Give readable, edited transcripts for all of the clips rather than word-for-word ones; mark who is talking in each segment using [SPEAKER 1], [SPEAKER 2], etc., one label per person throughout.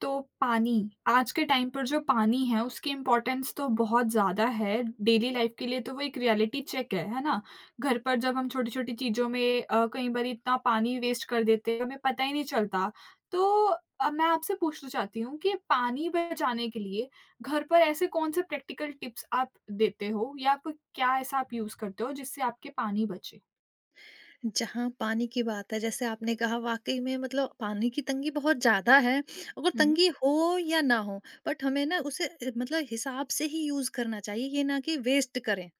[SPEAKER 1] तो पानी, आज के टाइम पर जो पानी है उसकी इम्पोर्टेंस तो बहुत ज़्यादा है, डेली लाइफ के लिए तो वो एक रियलिटी चेक है ना? घर पर जब हम छोटी-छोटी चीज़ों में कई बार इतना पानी वेस्ट कर देते हैं, हमें पता ही नहीं चलता। तो अब मैं आपसे पूछना चाहती हूँ कि पानी बचाने के लिए घर पर ऐसे कौन से प्रैक्टिकल टिप्स आप देते हो या आप क्या ऐसा आप यूज़ करते हो जिससे आपके पानी बचे?
[SPEAKER 2] जहाँ पानी की बात है, जैसे आपने कहा वाक़ई में मतलब पानी की तंगी बहुत ज़्यादा है, अगर
[SPEAKER 1] हुँ,
[SPEAKER 2] तंगी हो या ना हो, बट हमें ना उसे मतलब हिसाब से ही यूज़ करना चाहिए, ये ना कि वेस्ट करें,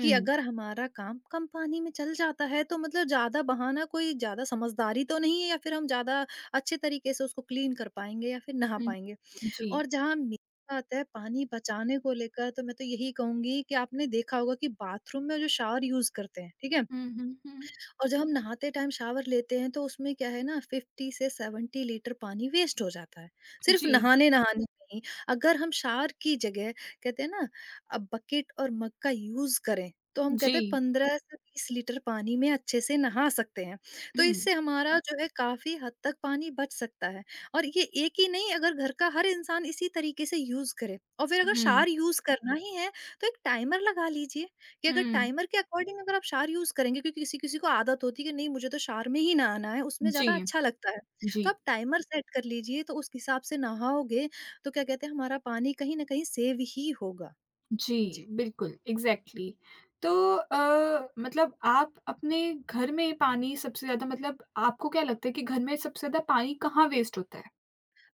[SPEAKER 2] कि अगर हमारा काम कम पानी में चल जाता है, तो मतलब ज़्यादा बहाना कोई ज़्यादा समझदारी तो नहीं है, या फिर हम ज़्यादा अच्छे तरीके से उसको क्लीन कर पाएँगे या फिर नहा
[SPEAKER 1] हुँ,
[SPEAKER 2] पाएँगे।
[SPEAKER 1] जी।
[SPEAKER 2] और जहाँ मेरी बात है पानी बचाने को लेकर, तो मैं तो यही कहूँगी कि आपने देखा होगा कि बाथरूम में जो शावर यूज़ करते हैं, ठीक है?
[SPEAKER 1] हुँ, हुँ, हुँ।
[SPEAKER 2] और जब हम नहाते टाइम शावर लेते हैं तो उसमें क्या है ना, 50 से 70 लीटर पानी वेस्ट हो जाता है, सिर्फ
[SPEAKER 1] जी,
[SPEAKER 2] नहाने-नहाने में ही। अगर हम शावर की जगह, कहते हैं ना, अब बकेट और मग का यूज़ करें, तो हम
[SPEAKER 1] जी।
[SPEAKER 2] कहते हैं 15 से 20 लीटर पानी में अच्छे से नहा सकते हैं। तो
[SPEAKER 1] हुँ,
[SPEAKER 2] इससे हमारा जो है काफ़ी हद तक पानी बच सकता है, और ये एक ही नहीं, अगर घर का हर इंसान इसी तरीके से यूज़ करे, और फिर अगर
[SPEAKER 1] हुँ।
[SPEAKER 2] शावर यूज़ करना ही है, तो एक टाइमर लगा लीजिए। कि अगर
[SPEAKER 1] हुँ।
[SPEAKER 2] टाइमर के अकॉर्डिंग अगर आप शार यूज़ करेंगे, क्योंकि किसी-किसी को आदत होती है कि नहीं, मुझे तो शार में ही नहाना है, उसमें
[SPEAKER 1] जी,
[SPEAKER 2] ज़्यादा अच्छा लगता है।
[SPEAKER 1] जी,
[SPEAKER 2] तो आप टाइमर सेट कर लीजिए, तो उस हिसाब से नहाओगे तो क्या कहते हैं, हमारा पानी कहीं न कहीं सेव ही होगा।
[SPEAKER 1] जी,
[SPEAKER 2] जी।
[SPEAKER 1] बिल्कुल, एग्ज़ैक्टली। तो मतलब आप अपने घर में पानी सबसे ज़्यादा मतलब आपको क्या लगता है कि घर में सबसे ज़्यादा पानी कहाँ वेस्ट होता है?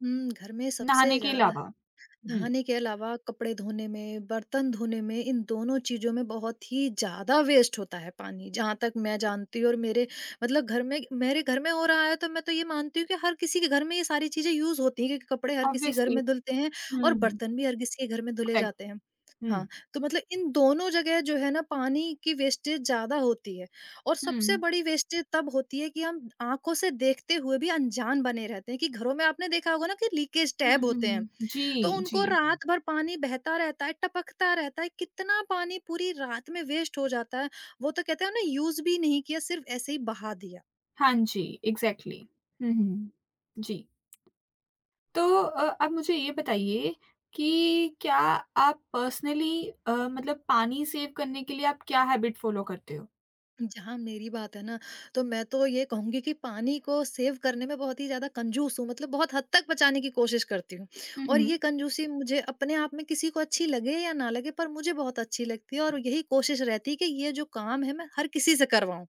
[SPEAKER 2] घर में
[SPEAKER 1] नहाने
[SPEAKER 2] सबसे
[SPEAKER 1] के
[SPEAKER 2] ज़्यादा
[SPEAKER 1] अलावा? हुँ,
[SPEAKER 2] नहाने के अलावा कपड़े धोने में, बर्तन धोने में, इन दोनों चीज़ों में बहुत ही ज़्यादा वेस्ट होता है पानी, जहाँ तक मैं जानती हूँ और मेरे, मतलब घर में, मेरे घर में हो रहा है, तो मैं तो ये मानती हूँ कि हर किसी के घर में ये सारी चीज़ें यूज़ होती हैं, क्योंकि कपड़े हर किसी घर
[SPEAKER 1] ऑब्वियसली।
[SPEAKER 2] में धुलते हैं और
[SPEAKER 1] हुँ,
[SPEAKER 2] बर्तन भी हर किसी के घर में धुले जाते हैं।
[SPEAKER 1] एग्ज़ैक्टली। हुँ,
[SPEAKER 2] हाँ, तो मतलब इन दोनों जगह जो है ना, पानी की वेस्टेज ज़्यादा होती है। और सबसे
[SPEAKER 1] हुँ।
[SPEAKER 2] बड़ी वेस्टेज तब होती है कि हम आँखों से देखते हुए भी अनजान बने रहते हैं, कि घरों में आपने देखा होगा ना कि लीकेज
[SPEAKER 1] हुँ,
[SPEAKER 2] टैब
[SPEAKER 1] हुँ,
[SPEAKER 2] होते हैं।
[SPEAKER 1] हुँ।
[SPEAKER 2] तो
[SPEAKER 1] जी, जी।
[SPEAKER 2] उनको रात भर पानी बहता रहता है, टपकता रहता है, कितना पानी पूरी रात में वेस्ट हो जाता है। वो तो कहते हैं ना, यूज़ भी नहीं किया, सिर्फ़ ऐसे ही बहा दिया।
[SPEAKER 1] हाँ जी, एग्ज़ैक्टली। हुँ, हुँ। जी। तो आप मुझे ये बताइए कि क्या आप पर्सनली मतलब पानी सेव करने के लिए आप क्या हैबिट फॉलो करते हो?
[SPEAKER 2] जहाँ मेरी बात है ना, तो मैं तो ये कहूँगी कि पानी को सेव करने में बहुत ही ज़्यादा कंजूस हूँ, मतलब बहुत हद तक बचाने की कोशिश करती हूँ।
[SPEAKER 1] हुँ,
[SPEAKER 2] और ये
[SPEAKER 1] हुँ।
[SPEAKER 2] कंजूसी मुझे अपने आप में, किसी को अच्छी लगे या ना लगे, पर मुझे बहुत अच्छी लगती है, और यही कोशिश रहती है कि ये जो काम है, मैं हर किसी से करवाऊँ।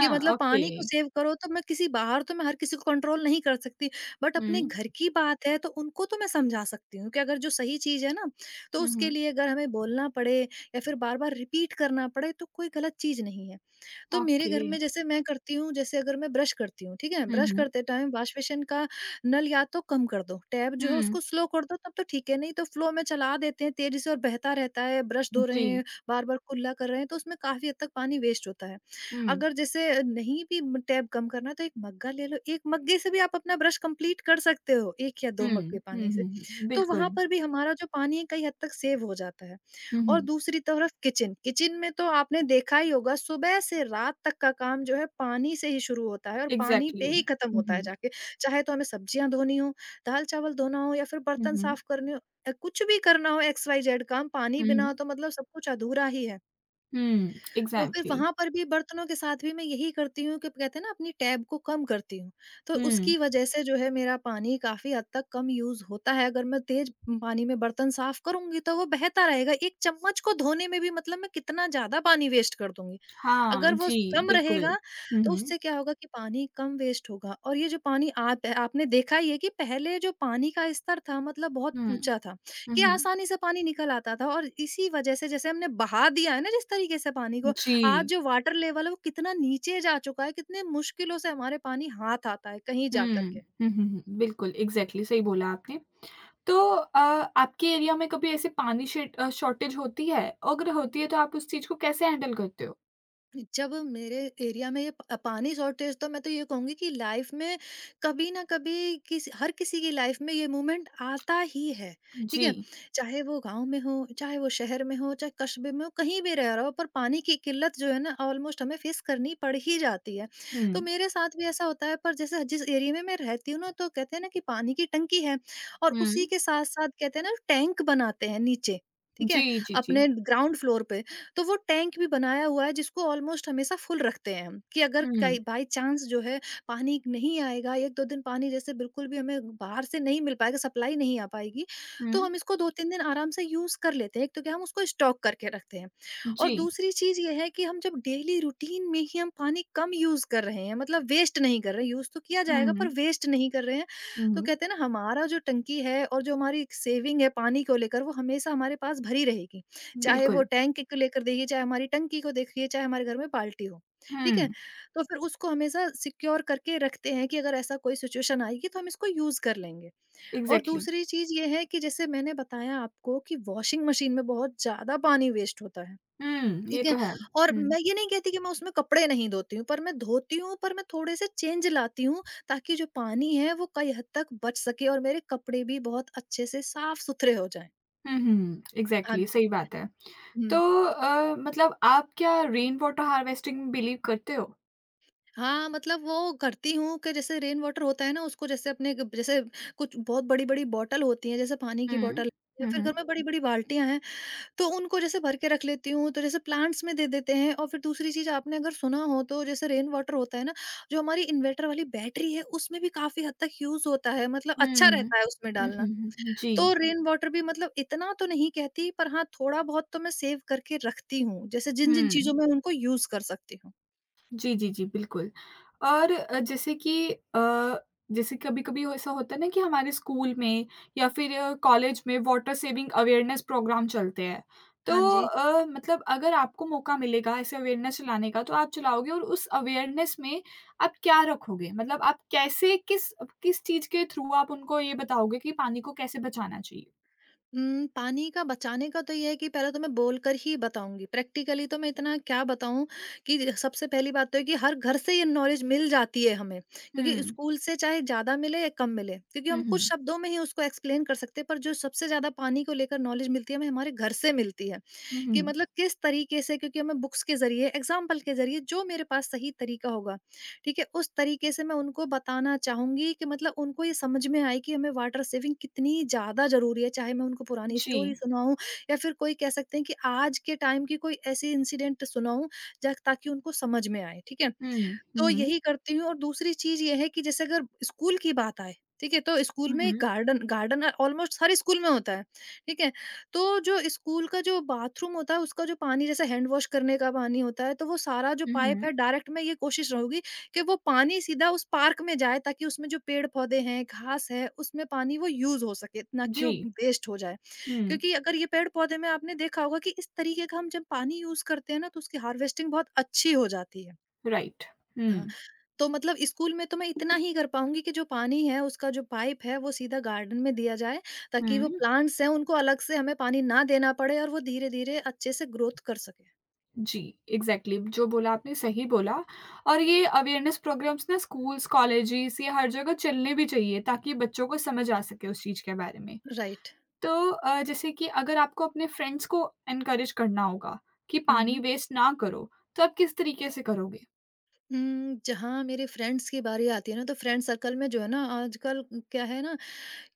[SPEAKER 2] कि मतलब
[SPEAKER 1] ओके।
[SPEAKER 2] पानी को सेव करो, तो मैं किसी बाहर, तो मैं हर किसी को कंट्रोल नहीं कर सकती, बट अपने
[SPEAKER 1] हुँ,
[SPEAKER 2] घर की बात है, तो उनको तो मैं समझा सकती हूँ कि अगर जो सही चीज़ है ना, तो
[SPEAKER 1] हुँ,
[SPEAKER 2] उसके
[SPEAKER 1] हुँ।
[SPEAKER 2] लिए अगर हमें बोलना पड़े या फिर बार-बार रिपीट करना पड़े, तो कोई गलत चीज़ नहीं है। तो मेरे
[SPEAKER 1] ओके।
[SPEAKER 2] घर में जैसे मैं करती हूँ, जैसे अगर मैं ब्रश करती हूँ, ठीक है?
[SPEAKER 1] हुँ,
[SPEAKER 2] ब्रश
[SPEAKER 1] हुँ।
[SPEAKER 2] करते टाइम वाशबेसिन का नल या तो कम कर दो, टैप जो है
[SPEAKER 1] हुँ,
[SPEAKER 2] उसको स्लो कर दो, तब तो ठीक है, नहीं तो फ्लो में चला देते हैं तेज़ी से और बहता रहता है, ब्रश धो रहे
[SPEAKER 1] जी।
[SPEAKER 2] हैं, बार-बार कुल्ला कर रहे हैं, तो उसमें काफ़ी हद तक पानी वेस्ट होता है।
[SPEAKER 1] हुँ,
[SPEAKER 2] अगर जैसे नहीं भी टैप कम करना है, तो एक मग्गा ले लो, एक मग्गे से भी आप अपना ब्रश कंप्लीट कर सकते हो, 1 या
[SPEAKER 1] हुँ,
[SPEAKER 2] 2 मग्गे
[SPEAKER 1] हुँ,
[SPEAKER 2] पानी से।
[SPEAKER 1] हुँ, हुँ।
[SPEAKER 2] तो वहाँ
[SPEAKER 1] बिल्कुल।
[SPEAKER 2] पर भी हमारा जो पानी है कई हद तक सेव हो जाता है।
[SPEAKER 1] हुँ,
[SPEAKER 2] और
[SPEAKER 1] हुँ।
[SPEAKER 2] दूसरी तरफ किचन, किचन में तो आपने देखा ही होगा, सुबह से रात तक का काम जो है पानी से ही शुरू होता है और पानी पे
[SPEAKER 1] इग्ज़ैक्टली।
[SPEAKER 2] ही खत्म
[SPEAKER 1] हुँ,
[SPEAKER 2] होता है
[SPEAKER 1] हुँ।
[SPEAKER 2] जाके। चाहे तो हमें सब्जियाँ धोनी हो, दाल-चावल धोना हो या फिर
[SPEAKER 1] हुँ,
[SPEAKER 2] बर्तन
[SPEAKER 1] हुँ।
[SPEAKER 2] साफ करने हो, कुछ भी करना हो, XYZ काम, पानी बिना हो
[SPEAKER 1] हुँ,
[SPEAKER 2] तो मतलब सब कुछ अधूरा ही है।
[SPEAKER 1] हुँ,
[SPEAKER 2] तो फिर
[SPEAKER 1] इग्ज़ैक्टली।
[SPEAKER 2] वहाँ पर भी बर्तनों के साथ भी मैं यही करती हूँ कि, कहते हैं ना, अपनी टैब को कम करती हूँ। तो
[SPEAKER 1] हुँ,
[SPEAKER 2] उसकी वजह से जो है मेरा पानी काफ़ी हद तक कम यूज़ होता है। अगर मैं तेज़ पानी में बर्तन साफ़ करूँगी तो वो बहता रहेगा। 1 चम्मच को धोने में भी मतलब मैं कितना ज़्यादा पानी वेस्ट कर दूँगी।
[SPEAKER 1] हाँ,
[SPEAKER 2] अगर वो
[SPEAKER 1] जी,
[SPEAKER 2] कम
[SPEAKER 1] बिल्कुल।
[SPEAKER 2] रहेगा
[SPEAKER 1] हुँ,
[SPEAKER 2] तो
[SPEAKER 1] हुँ।
[SPEAKER 2] उससे क्या होगा, कि पानी कम वेस्ट होगा। और ये जो पानी, आप आपने देखा ही है कि पहले जो पानी का स्तर था, मतलब बहुत
[SPEAKER 1] हुँ,
[SPEAKER 2] ऊंचा था,
[SPEAKER 1] हुँ,
[SPEAKER 2] कि
[SPEAKER 1] हुँ।
[SPEAKER 2] आसानी से पानी निकल आता था, और इसी वजह से जैसे हमने बहा दिया है ना, जिस तरीके से पानी को,
[SPEAKER 1] जी।
[SPEAKER 2] आज जो वाटर लेवल है वो कितना नीचे जा चुका है, कितने मुश्किलों से हमारे पानी हाथ आता है कहीं जा
[SPEAKER 1] हुँ।
[SPEAKER 2] करके।
[SPEAKER 1] हुँ, हुँ, हुँ। बिल्कुल, एग्ज़ैक्टली सही बोला आपने। तो आपके एरिया में कभी ऐसे पानी शॉर्टेज होती है? अगर होती है तो आप उस चीज़ को कैसे हैंडल करते हो?
[SPEAKER 2] जब मेरे एरिया में ये पानी शॉर्टेज, तो मैं तो ये कहूंगी कि लाइफ में कभी ना कभी, किसी, हर किसी की लाइफ में ये मूवमेंट आता ही है, ठीक
[SPEAKER 1] जी।
[SPEAKER 2] है? चाहे वो गांव में हो, चाहे वो शहर में हो, चाहे कस्बे में हो, कहीं भी रह रहा हो, पर पानी की किल्लत जो है ना, ऑलमोस्ट हमें फेस करनी पड़ ही जाती है।
[SPEAKER 1] हुँ।
[SPEAKER 2] तो मेरे साथ भी ऐसा होता है, पर जैसे जिस एरिया में मैं रहती हूँ ना, तो कहते हैं ना कि पानी की टंकी है, और उसी
[SPEAKER 1] हुँ।
[SPEAKER 2] के साथ साथ, कहते हैं ना, टैंक बनाते हैं नीचे, ठीक है,
[SPEAKER 1] जी, जी, जी।
[SPEAKER 2] अपने ग्राउंड फ्लोर पे। तो वो टैंक भी बनाया हुआ है, जिसको ऑलमोस्ट हमेशा फुल रखते हैं हम, कि अगर कई
[SPEAKER 1] हुँ।
[SPEAKER 2] बाई चांस जो है, पानी नहीं आएगा 1-2 दिन, पानी जैसे बिल्कुल भी हमें बाहर से नहीं मिल पाएगा, सप्लाई नहीं आ पाएगी,
[SPEAKER 1] हुँ।
[SPEAKER 2] तो हम इसको 2-3 दिन आराम से यूज़ कर लेते हैं। एक तो क्या, हम उसको स्टॉक करके रखते हैं, और
[SPEAKER 1] जी।
[SPEAKER 2] दूसरी चीज़ ये है कि हम जब डेली रूटीन में ही हम पानी कम यूज़ कर रहे हैं, मतलब वेस्ट नहीं कर रहे, यूज़ तो किया जाएगा पर
[SPEAKER 1] हुँ।
[SPEAKER 2] वेस्ट नहीं कर रहे हैं, तो
[SPEAKER 1] हुँ।
[SPEAKER 2] कहते हैं ना, हमारा जो टंकी है और जो हमारी सेविंग है पानी को लेकर, वो हमेशा हमारे पास भरी रहेगी। चाहे
[SPEAKER 1] बिल्कुल।
[SPEAKER 2] वो टैंक को लेकर देखिए, चाहे हमारी टंकी को देखिए, चाहे हमारे घर में बाल्टी हो, ठीक है?
[SPEAKER 1] हुँ।
[SPEAKER 2] तो फिर उसको हमेशा सिक्योर करके रखते हैं कि अगर ऐसा कोई सिचुएशन आएगी तो हम इसको यूज़ कर लेंगे। और
[SPEAKER 1] एग्ज़ैक्टली।
[SPEAKER 2] दूसरी चीज़ ये है कि जैसे मैंने बताया आपको कि वॉशिंग मशीन में बहुत ज़्यादा पानी वेस्ट होता है,
[SPEAKER 1] हुँ, ये
[SPEAKER 2] ठीक है?
[SPEAKER 1] तो है।
[SPEAKER 2] और
[SPEAKER 1] हुँ।
[SPEAKER 2] मैं ये नहीं कहती कि मैं उसमें कपड़े नहीं धोती हूँ, पर मैं धोती हूँ, पर मैं थोड़े से चेंज लाती हूँ, ताकि जो पानी है वो कई हद तक बच सके और मेरे कपड़े भी बहुत अच्छे से साफ-सुथरे हो जाएँ।
[SPEAKER 1] हुँ, हुँ।
[SPEAKER 2] हाँ
[SPEAKER 1] एग्ज़ैक्टली
[SPEAKER 2] जी।
[SPEAKER 1] सही बात है। तो
[SPEAKER 2] हुँ।
[SPEAKER 1] मतलब आप क्या रेन वाटर हार्वेस्टिंग में बिलीव करते हो?
[SPEAKER 2] हाँ, मतलब वो करती हूँ कि जैसे रेन वाटर होता है ना, उसको जैसे अपने ग जैसे कुछ बहुत बड़ी-बड़ी बॉटल होती हैं, जैसे पानी की
[SPEAKER 1] हुँ।
[SPEAKER 2] बॉटल, या
[SPEAKER 1] हुँ,
[SPEAKER 2] फिर
[SPEAKER 1] हुँ।
[SPEAKER 2] घर में बड़ी-बड़ी बाल्टियाँ हैं, तो उनको जैसे भर के रख लेती हूँ। तो जैसे प्लांट्स में दे देते हैं। और फिर दूसरी चीज़, आपने अगर सुना हो तो, जैसे रेन वाटर होता है ना, जो हमारी इन्वर्टर वाली बैटरी है, उसमें भी काफ़ी हद तक यूज़ होता है, मतलब अच्छा
[SPEAKER 1] हुँ।
[SPEAKER 2] रहता है उसमें
[SPEAKER 1] हुँ,
[SPEAKER 2] डालना।
[SPEAKER 1] हुँ, हुँ। जी।
[SPEAKER 2] तो रेन वाटर भी मतलब इतना तो नहीं कहती, पर हाँ, थोड़ा बहुत तो मैं सेव करके रखती हूँ, जैसे जिन-जिन
[SPEAKER 1] हुँ।
[SPEAKER 2] चीज़ों में उनको यूज़ कर सकती हूँ।
[SPEAKER 1] जी, जी, जी, बिल्कुल। और जैसे कि अ, जैसे कभी-कभी ऐसा होता है ना कि हमारे स्कूल में या फिर कॉलेज में वाटर सेविंग अवेयरनेस प्रोग्राम चलते हैं। तो
[SPEAKER 2] हाँ जी।
[SPEAKER 1] मतलब अगर आपको मौका मिलेगा ऐसे अवेयरनेस चलाने का तो आप चलाओगे और उस अवेयरनेस में आप क्या रखोगे? मतलब आप कैसे किस किस चीज़ के थ्रू आप उनको ये बताओगे कि पानी को कैसे बचाना चाहिए?
[SPEAKER 2] पानी का बचाने का तो ये है कि पहले तो मैं बोलकर ही बताऊँगी। प्रैक्टिकली तो मैं इतना क्या बताऊँ, कि सबसे पहली बात तो है कि हर घर से ये नॉलेज मिल जाती है हमें, क्योंकि
[SPEAKER 1] हुँ।
[SPEAKER 2] स्कूल से चाहे ज़्यादा मिले या कम मिले, क्योंकि
[SPEAKER 1] हुँ,
[SPEAKER 2] हम कुछ
[SPEAKER 1] हुँ।
[SPEAKER 2] शब्दों में ही उसको एक्सप्लेन कर सकते हैं, पर जो सबसे ज़्यादा पानी को लेकर नॉलेज मिलती है, हमें हमारे घर से मिलती है।
[SPEAKER 1] हुँ,
[SPEAKER 2] कि
[SPEAKER 1] हुँ।
[SPEAKER 2] मतलब किस तरीके से, क्योंकि मैं बुक्स के ज़रिए, एग्ज़ाम्पल के ज़रिए, जो मेरे पास सही तरीका होगा, ठीक है? उस तरीके से मैं उनको बताना चाहूँगी कि मतलब उनको ये समझ में आए कि हमें वाटर सेविंग कितनी ज़्यादा ज़रूरी है। चाहे मैं उनको पुरानी
[SPEAKER 1] जी।
[SPEAKER 2] स्टोरी सुनाऊँ, या फिर कोई कह सकते हैं कि आज के टाइम की कोई ऐसी इंसिडेंट सुनाऊँ, ज ताकि उनको समझ में आए, ठीक है?
[SPEAKER 1] हुँ, हुँ,
[SPEAKER 2] तो
[SPEAKER 1] हुँ।
[SPEAKER 2] यही करती हूँ। और दूसरी चीज़ ये है कि जैसे अगर स्कूल की बात आए, ठीक है? तो स्कूल
[SPEAKER 1] हुँ,
[SPEAKER 2] में
[SPEAKER 1] हुँ।
[SPEAKER 2] गार्डन गार्डन ऑलमोस्ट हर स्कूल में होता है, ठीक है? तो जो स्कूल का जो बाथरूम होता है उसका जो पानी जैसे हैंड वॉश करने का पानी होता है, तो वो सारा जो
[SPEAKER 1] हुँ,
[SPEAKER 2] पाइप है
[SPEAKER 1] हुँ।
[SPEAKER 2] डायरेक्ट मैं ये कोशिश रहूँगी कि वो पानी सीधा उस पार्क में जाए ताकि उसमें जो पेड़-पौधे हैं, घास है, उसमें पानी वो यूज़ हो सके, ना कि
[SPEAKER 1] जी।
[SPEAKER 2] वो वेस्ट हो जाए।
[SPEAKER 1] हुँ,
[SPEAKER 2] क्योंकि अगर ये पेड़-पौधे में आपने देखा होगा कि इस तरीके का हम जब पानी यूज़ करते हैं ना तो उसकी हार्वेस्टिंग बहुत अच्छी हो जाती है।
[SPEAKER 1] राइट।
[SPEAKER 2] हाँ।
[SPEAKER 1] हुँ,
[SPEAKER 2] तो मतलब स्कूल में तो मैं इतना ही कर पाऊँगी कि जो पानी है, उसका जो पाइप है, वो सीधा गार्डन में दिया जाए, ताकि वो
[SPEAKER 1] हुँ।
[SPEAKER 2] प्लांट्स हैं, उनको अलग से हमें पानी ना देना पड़े और वो धीरे-धीरे अच्छे से ग्रोथ कर सकें।
[SPEAKER 1] जी, एग्ज़ैक्टली जो बोला आपने सही बोला और ये अवेयरनेस प्रोग्राम्स ना स्कूल्स, कॉलेजेस ये हर जगह चलने भी चाहिए ताकि बच्चों को समझ आ सके उस चीज़ के बारे में।
[SPEAKER 2] राइट।
[SPEAKER 1] तो जैसे कि अगर आपको अपने फ्रेंड्स को एनकरेज करना होगा कि
[SPEAKER 2] हुँ,
[SPEAKER 1] पानी
[SPEAKER 2] हुँ।
[SPEAKER 1] वेस्ट ना करो, तो आप किस तरीके से करोगे?
[SPEAKER 2] जहाँ मेरे फ्रेंड्स की बारी आती है ना, तो फ्रेंड सर्कल में जो है ना, आजकल क्या है ना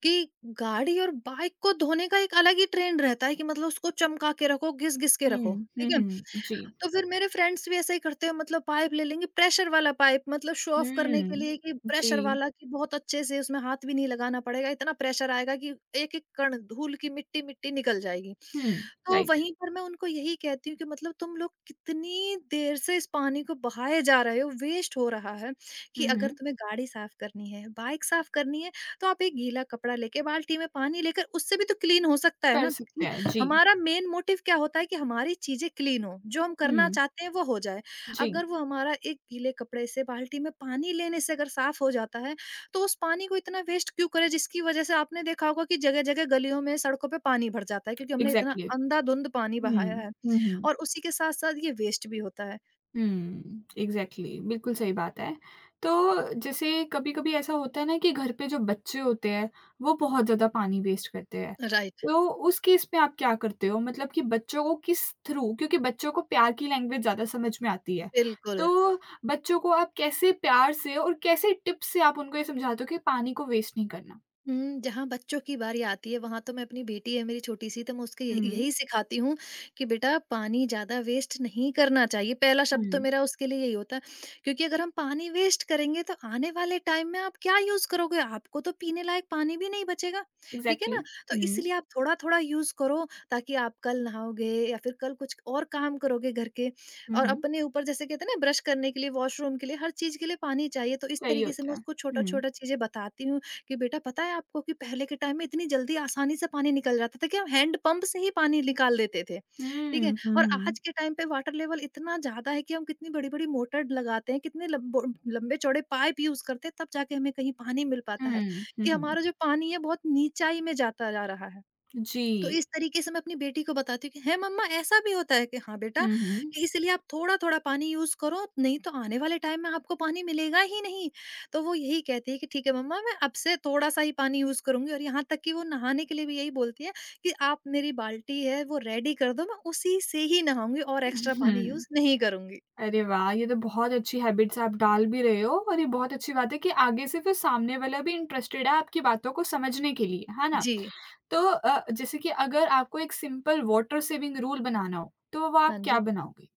[SPEAKER 2] कि गाड़ी और बाइक को धोने का एक अलग ही ट्रेंड रहता है कि मतलब उसको चमका के रखो, घिस-घिस के रखो,
[SPEAKER 1] हुँ, हुँ,
[SPEAKER 2] ठीक है।
[SPEAKER 1] हुँ। जी।
[SPEAKER 2] तो फिर मेरे फ्रेंड्स भी ऐसा ही करते हैं मतलब पाइप ले लेंगे प्रेशर वाला पाइप मतलब शो ऑफ करने के लिए कि
[SPEAKER 1] हुँ,
[SPEAKER 2] प्रेशर
[SPEAKER 1] जी।
[SPEAKER 2] वाला कि बहुत अच्छे से उसमें हाथ भी नहीं लगाना पड़ेगा, इतना प्रेशर आएगा कि एक-एक कण धूल की मिट्टी-मिट्टी निकल जाएगी।
[SPEAKER 1] हुँ,
[SPEAKER 2] तो
[SPEAKER 1] राइट।
[SPEAKER 2] वहीं पर मैं उनको यही कहती हूँ कि मतलब तुम लोग कितनी देर से इस पानी को बहाए जा रहे हो, वेस्ट हो रहा है कि
[SPEAKER 1] हुँ,
[SPEAKER 2] अगर
[SPEAKER 1] हुँ।
[SPEAKER 2] तुम्हें गाड़ी साफ करनी है, बाइक साफ करनी है तो आप एक गीला कपड़ा लेके बाल्टी में पानी लेकर उससे भी तो क्लीन हो सकता है
[SPEAKER 1] कर
[SPEAKER 2] ना
[SPEAKER 1] सकते
[SPEAKER 2] कि
[SPEAKER 1] हैं, जी।
[SPEAKER 2] हमारा मेन मोटिव क्या होता है कि हमारी चीजें क्लीन हो, जो हम करना
[SPEAKER 1] हुँ,
[SPEAKER 2] चाहते हैं वो हो जाए।
[SPEAKER 1] जी,
[SPEAKER 2] अगर वो हमारा एक गीले कपड़े से बाल्टी में पानी लेने से अगर साफ हो जाता है तो उस पानी को इतना वेस्ट क्यों करें, जिसकी वजह से आपने देखा होगा कि जगह जगह गलियों में सड़कों पे पानी भर जाता है क्योंकि हमने इतना
[SPEAKER 1] एग्ज़ैक्टली।
[SPEAKER 2] अंधाधुंध पानी
[SPEAKER 1] हुँ।
[SPEAKER 2] बहाया है
[SPEAKER 1] हुँ, हुँ।
[SPEAKER 2] और उसी के साथ साथ ये वेस्ट भी होता है।
[SPEAKER 1] हुँ, एग्ज़ैक्टली बिल्कुल सही बात है। तो जैसे कभी-कभी ऐसा होता है ना कि घर पे जो बच्चे होते हैं, वो बहुत ज़्यादा पानी वेस्ट करते हैं।
[SPEAKER 2] राइट।
[SPEAKER 1] तो उस केस में आप क्या करते हो? मतलब कि बच्चों को किस थ्रू क्योंकि बच्चों को प्यार की लैंग्वेज ज़्यादा समझ में आती है।
[SPEAKER 2] बिल्कुल।
[SPEAKER 1] तो बच्चों को आप कैसे प्यार से और कैसे टिप्स से आप उनको ये समझाते हो कि पानी को वेस्ट नहीं करना?
[SPEAKER 2] हुँ, जहाँ बच्चों की बारी आती है वहाँ तो मैं अपनी बेटी है मेरी छोटी-सी तो मैं उसको यही
[SPEAKER 1] हुँ,
[SPEAKER 2] यही सिखाती हूँ कि बेटा पानी ज़्यादा वेस्ट नहीं करना चाहिए। पहला शब्द तो
[SPEAKER 1] हुँ।
[SPEAKER 2] मेरा उसके लिए यही होता है। क्योंकि अगर हम पानी वेस्ट करेंगे तो आने वाले टाइम में आप क्या यूज़ करोगे? आपको तो पीने लायक पानी भी नहीं बचेगा, ठीक है
[SPEAKER 1] एग्ज़ैक्टली
[SPEAKER 2] ना? तो
[SPEAKER 1] हुँ।
[SPEAKER 2] इसलिए आप थोड़ा-थोड़ा यूज़ करो, ताकि आप कल नहाओगे या फिर कल कुछ और काम करोगे घर के
[SPEAKER 1] हुँ,
[SPEAKER 2] और
[SPEAKER 1] हुँ।
[SPEAKER 2] अपने ऊपर। जैसे कहते हैं ना, ब्रश करने के लिए, वॉशरूम के लिए, हर चीज़ के लिए पानी चाहिए। तो इस
[SPEAKER 1] सही
[SPEAKER 2] तरीके से
[SPEAKER 1] होता
[SPEAKER 2] मैं
[SPEAKER 1] है।
[SPEAKER 2] उसको
[SPEAKER 1] हुँ।
[SPEAKER 2] छोटा-छोटा चीज़ें बताती हूँ। कि बेटा, पता है आपको कि पहले के टाइम में इतनी जल्दी आसानी से पानी निकल जाता था कि हम हैंड पंप से ही पानी निकाल देते थे, ठीक है?
[SPEAKER 1] हुँ, हुँ,
[SPEAKER 2] और
[SPEAKER 1] हुँ।
[SPEAKER 2] आज के टाइम पे वाटर लेवल इतना ज़्यादा है कि हम कितनी बड़ी-बड़ी मोटर लगाते हैं, कितने लंबो लंबे-चौड़े पाइप यूज़ करते हैं, तब जाके हमें कहीं पानी मिल पाता है,
[SPEAKER 1] हुँ। हुँ,
[SPEAKER 2] कि
[SPEAKER 1] हुँ।
[SPEAKER 2] हमारा जो पानी है बहुत नीचाई में जाता जा रहा है। तो
[SPEAKER 1] जी।
[SPEAKER 2] इस तरीके से मैं अपनी बेटी को बताती हूँ कि है मम्मा, ऐसा भी होता है कि हाँ बेटा,
[SPEAKER 1] हुँ, हुँ।
[SPEAKER 2] कि इसलिए आप थोड़ा थोड़ा पानी यूज करो नहीं तो आने वाले टाइम में आपको पानी मिलेगा ही नहीं। तो वो यही कहती है कि ठीक है मम्मा, मैं अब से थोड़ा सा ही पानी यूज करूंगी और यहाँ तक कि वो नहाने के लिए भी यही बोलती है कि आप मेरी बाल्टी है वो रेडी कर दो, मैं उसी से ही नहाऊंगी और एक्स्ट्रा पानी
[SPEAKER 1] हुँ।
[SPEAKER 2] यूज नहीं करूंगी।
[SPEAKER 1] अरे वाह! ये तो बहुत अच्छी हैबिट्स आप डाल भी रहे हो और ये बहुत अच्छी बात है कि आगे से फिर सामने वाला भी इंटरेस्टेड है आपकी बातों को समझने के लिए, है ना?
[SPEAKER 2] जी।
[SPEAKER 1] तो जैसे कि अगर आपको एक सिंपल वाटर सेविंग रूल बनाना हो, तो वो
[SPEAKER 2] हाँ
[SPEAKER 1] आप क्या
[SPEAKER 2] जी।
[SPEAKER 1] बनाओगे?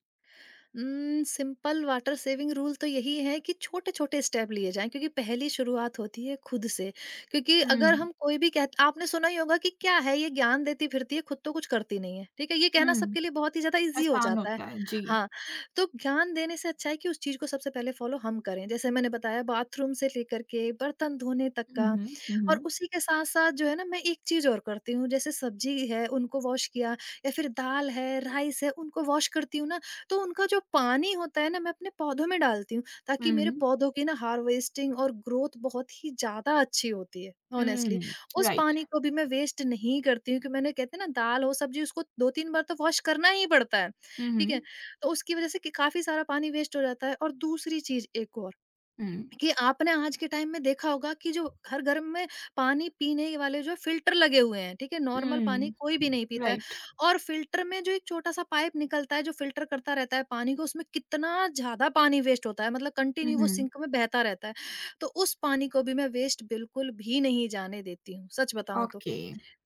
[SPEAKER 2] सिंपल वाटर सेविंग रूल तो यही है कि छोटे छोटे स्टेप लिए जाएं क्योंकि पहली शुरुआत होती है खुद से। क्योंकि अगर
[SPEAKER 1] हुँ।
[SPEAKER 2] हम कोई भी कह, आपने सुना ही होगा कि क्या है ये ज्ञान देती फिरती है खुद तो कुछ करती नहीं है, ठीक है? ये कहना
[SPEAKER 1] हुँ।
[SPEAKER 2] सबके लिए बहुत ही ज्यादा इजी हो
[SPEAKER 1] आसान
[SPEAKER 2] जाता है।
[SPEAKER 1] होता है। जी।
[SPEAKER 2] हाँ। तो ज्ञान देने से अच्छा है कि उस चीज को सबसे पहले फॉलो हम करें, जैसे मैंने बताया बाथरूम से लेकर के बर्तन धोने तक
[SPEAKER 1] हुँ,
[SPEAKER 2] का।
[SPEAKER 1] हुँ।
[SPEAKER 2] और
[SPEAKER 1] हुँ,
[SPEAKER 2] उसी के साथ साथ जो है ना, मैं एक चीज और करती हूँ, जैसे सब्जी है उनको वॉश किया या फिर दाल है राइस है उनको वॉश करती हूँ ना, तो उनका जो पानी होता है ना मैं अपने पौधों में डालती हूँ ताकि मेरे
[SPEAKER 1] हुँ।
[SPEAKER 2] पौधों की ना हार्वेस्टिंग और ग्रोथ बहुत ही ज्यादा अच्छी होती है।
[SPEAKER 1] हुँ,
[SPEAKER 2] ऑनेस्टली,
[SPEAKER 1] हुँ।
[SPEAKER 2] उस
[SPEAKER 1] राइट।
[SPEAKER 2] पानी को भी मैं वेस्ट नहीं करती हूँ। कि मैंने, कहते हैं ना दाल हो सब्जी उसको दो तीन बार तो वॉश करना ही पड़ता है,
[SPEAKER 1] हुँ,
[SPEAKER 2] ठीक है?
[SPEAKER 1] हुँ।
[SPEAKER 2] तो उसकी वजह से कि काफी सारा पानी वेस्ट हो जाता है। और दूसरी चीज एक और,
[SPEAKER 1] हुँ।
[SPEAKER 2] कि आपने आज के टाइम में देखा होगा कि जो हर घर में पानी पीने वाले जो फिल्टर लगे हुए हैं, ठीक है? नॉर्मल पानी
[SPEAKER 1] हुँ।
[SPEAKER 2] कोई भी नहीं पीता है।
[SPEAKER 1] राइट।
[SPEAKER 2] और फिल्टर में जो एक छोटा-सा पाइप निकलता है जो फिल्टर करता रहता है पानी को, उसमें कितना ज़्यादा पानी वेस्ट होता है, मतलब
[SPEAKER 1] हुँ,
[SPEAKER 2] कंटिन्यू वो
[SPEAKER 1] हुँ।
[SPEAKER 2] सिंक में बहता रहता है। तो उस पानी को भी मैं वेस्ट बिल्कुल भी नहीं जाने देती हूँ, सच बताऊँ तो।
[SPEAKER 1] ओके।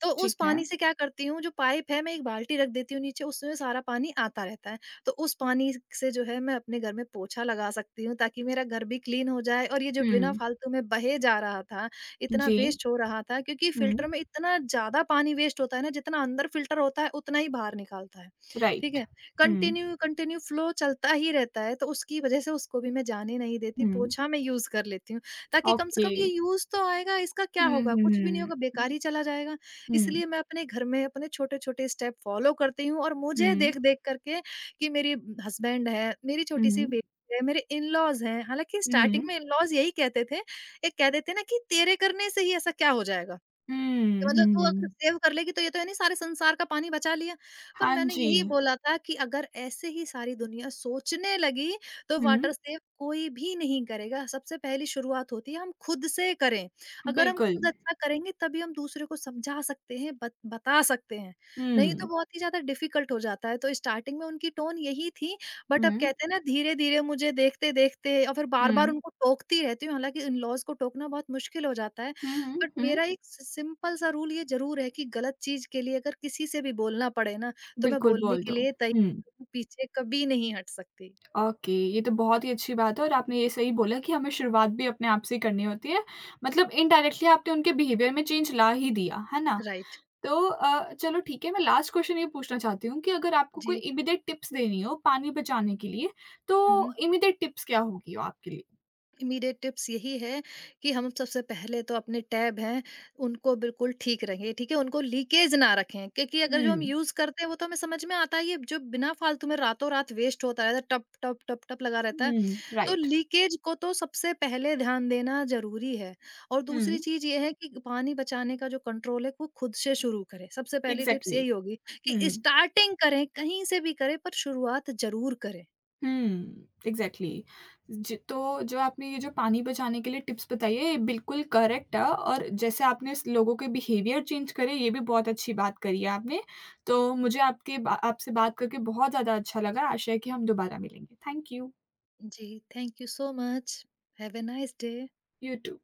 [SPEAKER 2] तो उस
[SPEAKER 1] ठीक है।
[SPEAKER 2] पानी से क्या करती हूँ, जो पाइप है, मैं एक बाल्टी रख देती हूँ नीचे, उसमें सारा पानी आता रहता है। तो उस पानी से जो है, मैं अपने घर में पोछा लगा सकती हूँ, ताकि मेरा घर भी क्लीन हो जाए और ये जो बिना
[SPEAKER 1] हुँ।
[SPEAKER 2] फालतू में बहे जा रहा था, इतना
[SPEAKER 1] जी।
[SPEAKER 2] वेस्ट हो रहा था, क्योंकि
[SPEAKER 1] हुँ,
[SPEAKER 2] फ़िल्टर में इतना ज़्यादा पानी वेस्ट होता है ना, जितना अंदर फ़िल्टर होता है, उतना ही बाहर निकालता है। ठीक
[SPEAKER 1] राइट।
[SPEAKER 2] है?
[SPEAKER 1] हुँ,
[SPEAKER 2] कंटिन्यू कंटिन्यू फ़्लो चलता ही रहता है, तो उसकी वजह से उसको भी मैं जाने नहीं देती,
[SPEAKER 1] हुँ,
[SPEAKER 2] पोछा मैं यूज़ कर लेती हूँ, ताकि कम से
[SPEAKER 1] ओके।
[SPEAKER 2] कम ये यूज़ तो आएगा। इसका क्या
[SPEAKER 1] हुँ,
[SPEAKER 2] होगा? कुछ भी नहीं
[SPEAKER 1] हुँ,
[SPEAKER 2] होगा, बेकार
[SPEAKER 1] हुँ।
[SPEAKER 2] ही चला जाएगा।
[SPEAKER 1] हुँ,
[SPEAKER 2] इसलिए मैं अपने घर में अपने छोटे-छोटे स्टेप फॉलो करती हूँ और मुझे
[SPEAKER 1] हुँ,
[SPEAKER 2] देख-देख करके कि मेरे हस्बैंड है, मेरी छोटी-सी
[SPEAKER 1] हुँ,
[SPEAKER 2] बेटी है, मेरे इन-लॉज़ हैं, हालाँकि स्टार्टिंग
[SPEAKER 1] हुँ,
[SPEAKER 2] में इन-लॉज़ यही कहते थे, एक कह देते हैं ना कि तेरे करने से ही ऐसा क्या हो जाएगा?
[SPEAKER 1] हुँ,
[SPEAKER 2] कि मतलब
[SPEAKER 1] हुँ,
[SPEAKER 2] तू अगर
[SPEAKER 1] हुँ।
[SPEAKER 2] सेव कर लेगी तो ये तो है नहीं, सारे संसार का पानी बचा लिया। पर
[SPEAKER 1] हाँ
[SPEAKER 2] मैंने
[SPEAKER 1] जी।
[SPEAKER 2] यही बोला था कि अगर ऐसे ही सारी दुनिया सोचने लगी तो
[SPEAKER 1] हुँ,
[SPEAKER 2] वाटर सेव कोई भी नहीं करेगा। सबसे पहली शुरुआत होती है हम खुद से करें। अगर हम
[SPEAKER 1] बिल्कुल।
[SPEAKER 2] खुद अच्छा करेंगे तभी हम दूसरे को समझा सकते हैं, बत बता सकते हैं। नहीं तो
[SPEAKER 1] हुँ,
[SPEAKER 2] बहुत ही ज़्यादा डिफ़िकल्ट हो जाता है। तो स्टार्टिंग में उनकी टोन यही थी बट अब,
[SPEAKER 1] हुँ,
[SPEAKER 2] कहते हैं ना, धीरे-धीरे मुझे देखते-देखते और फिर बार-बार
[SPEAKER 1] हुँ,
[SPEAKER 2] उनको टोकती रहती हूँ। हालाँकि इन-लॉज़ को टोकना बहुत मुश्किल हो जाता है।
[SPEAKER 1] हुँ, हुँ,
[SPEAKER 2] बट
[SPEAKER 1] हुँ,
[SPEAKER 2] मेरा एक सि सिंपल सा रूल ये ज़रूर है कि गलत चीज़ के लिए अगर किसी से भी बोलना पड़े ना, तो मैं
[SPEAKER 1] बिल्कुल
[SPEAKER 2] बोलने
[SPEAKER 1] बोल
[SPEAKER 2] के
[SPEAKER 1] दो।
[SPEAKER 2] लिए
[SPEAKER 1] हुँ,
[SPEAKER 2] तैयार हूँ, पीछे कभी नहीं हट सकती।
[SPEAKER 1] ओके, ये तो बहुत ही अच्छी बात है और आपने ये सही बोला कि हमें शुरुआत भी अपने आप से ही करनी होती है। मतलब इनडायरेक्टली आपने उनके बिहेवियर में चेंज ला ही दिया, है ना?
[SPEAKER 2] राइट।
[SPEAKER 1] तो चलो ठीक है मैं लास्ट क्वेश्चन ये पूछना चाहती हूँ कि अगर आपको कोई
[SPEAKER 2] जी।
[SPEAKER 1] इमीडिएट टिप्स देनी हो पानी बचाने के लिए
[SPEAKER 2] हुँ,
[SPEAKER 1] तो
[SPEAKER 2] हुँ।
[SPEAKER 1] इमीडिएट टिप्स क्या होगी वो आपके लिए?
[SPEAKER 2] इमीडिएट टिप्स यही है कि हम सबसे पहले तो अपने टैब हैं उनको बिल्कुल ठीक रखें, ठीक है? उनको लीकेज ना रखें, क्योंकि अगर जो हम
[SPEAKER 1] हुँ,
[SPEAKER 2] यूज करते हैं वो तो हमें समझ में आता ही है, जो बिना फालतू में रातों रात वेस्ट होता रहता है टप टप टप टप लगा रहता है,
[SPEAKER 1] हुँ,
[SPEAKER 2] तो
[SPEAKER 1] राइट,
[SPEAKER 2] लीकेज को तो सबसे पहले ध्यान देना जरूरी है। और
[SPEAKER 1] हुँ,
[SPEAKER 2] दूसरी चीज ये है कि पानी बचाने का जो कंट्रोल है वो खुद से शुरू करें, सबसे पहली टिप्स
[SPEAKER 1] एग्ज़ैक्टली,
[SPEAKER 2] यही होगी कि
[SPEAKER 1] हुँ,
[SPEAKER 2] स्टार्टिंग करें, कहीं से भी करें, पर शुरुआत जरूर करें।
[SPEAKER 1] हुँ, एग्ज़ैक्टली ज तो जो आपने ये जो पानी बचाने के लिए टिप्स बताई है ये बिल्कुल करेक्ट है और जैसे आपने इस लोगों के बिहेवियर चेंज करे ये भी बहुत अच्छी बात करी है आपने। तो मुझे आपके बा आपसे बात करके बहुत ज़्यादा अच्छा लगा, आशा है कि हम दोबारा मिलेंगे। थैंक यू,
[SPEAKER 2] जी। Thank you so much. Have a nice day.
[SPEAKER 1] You to.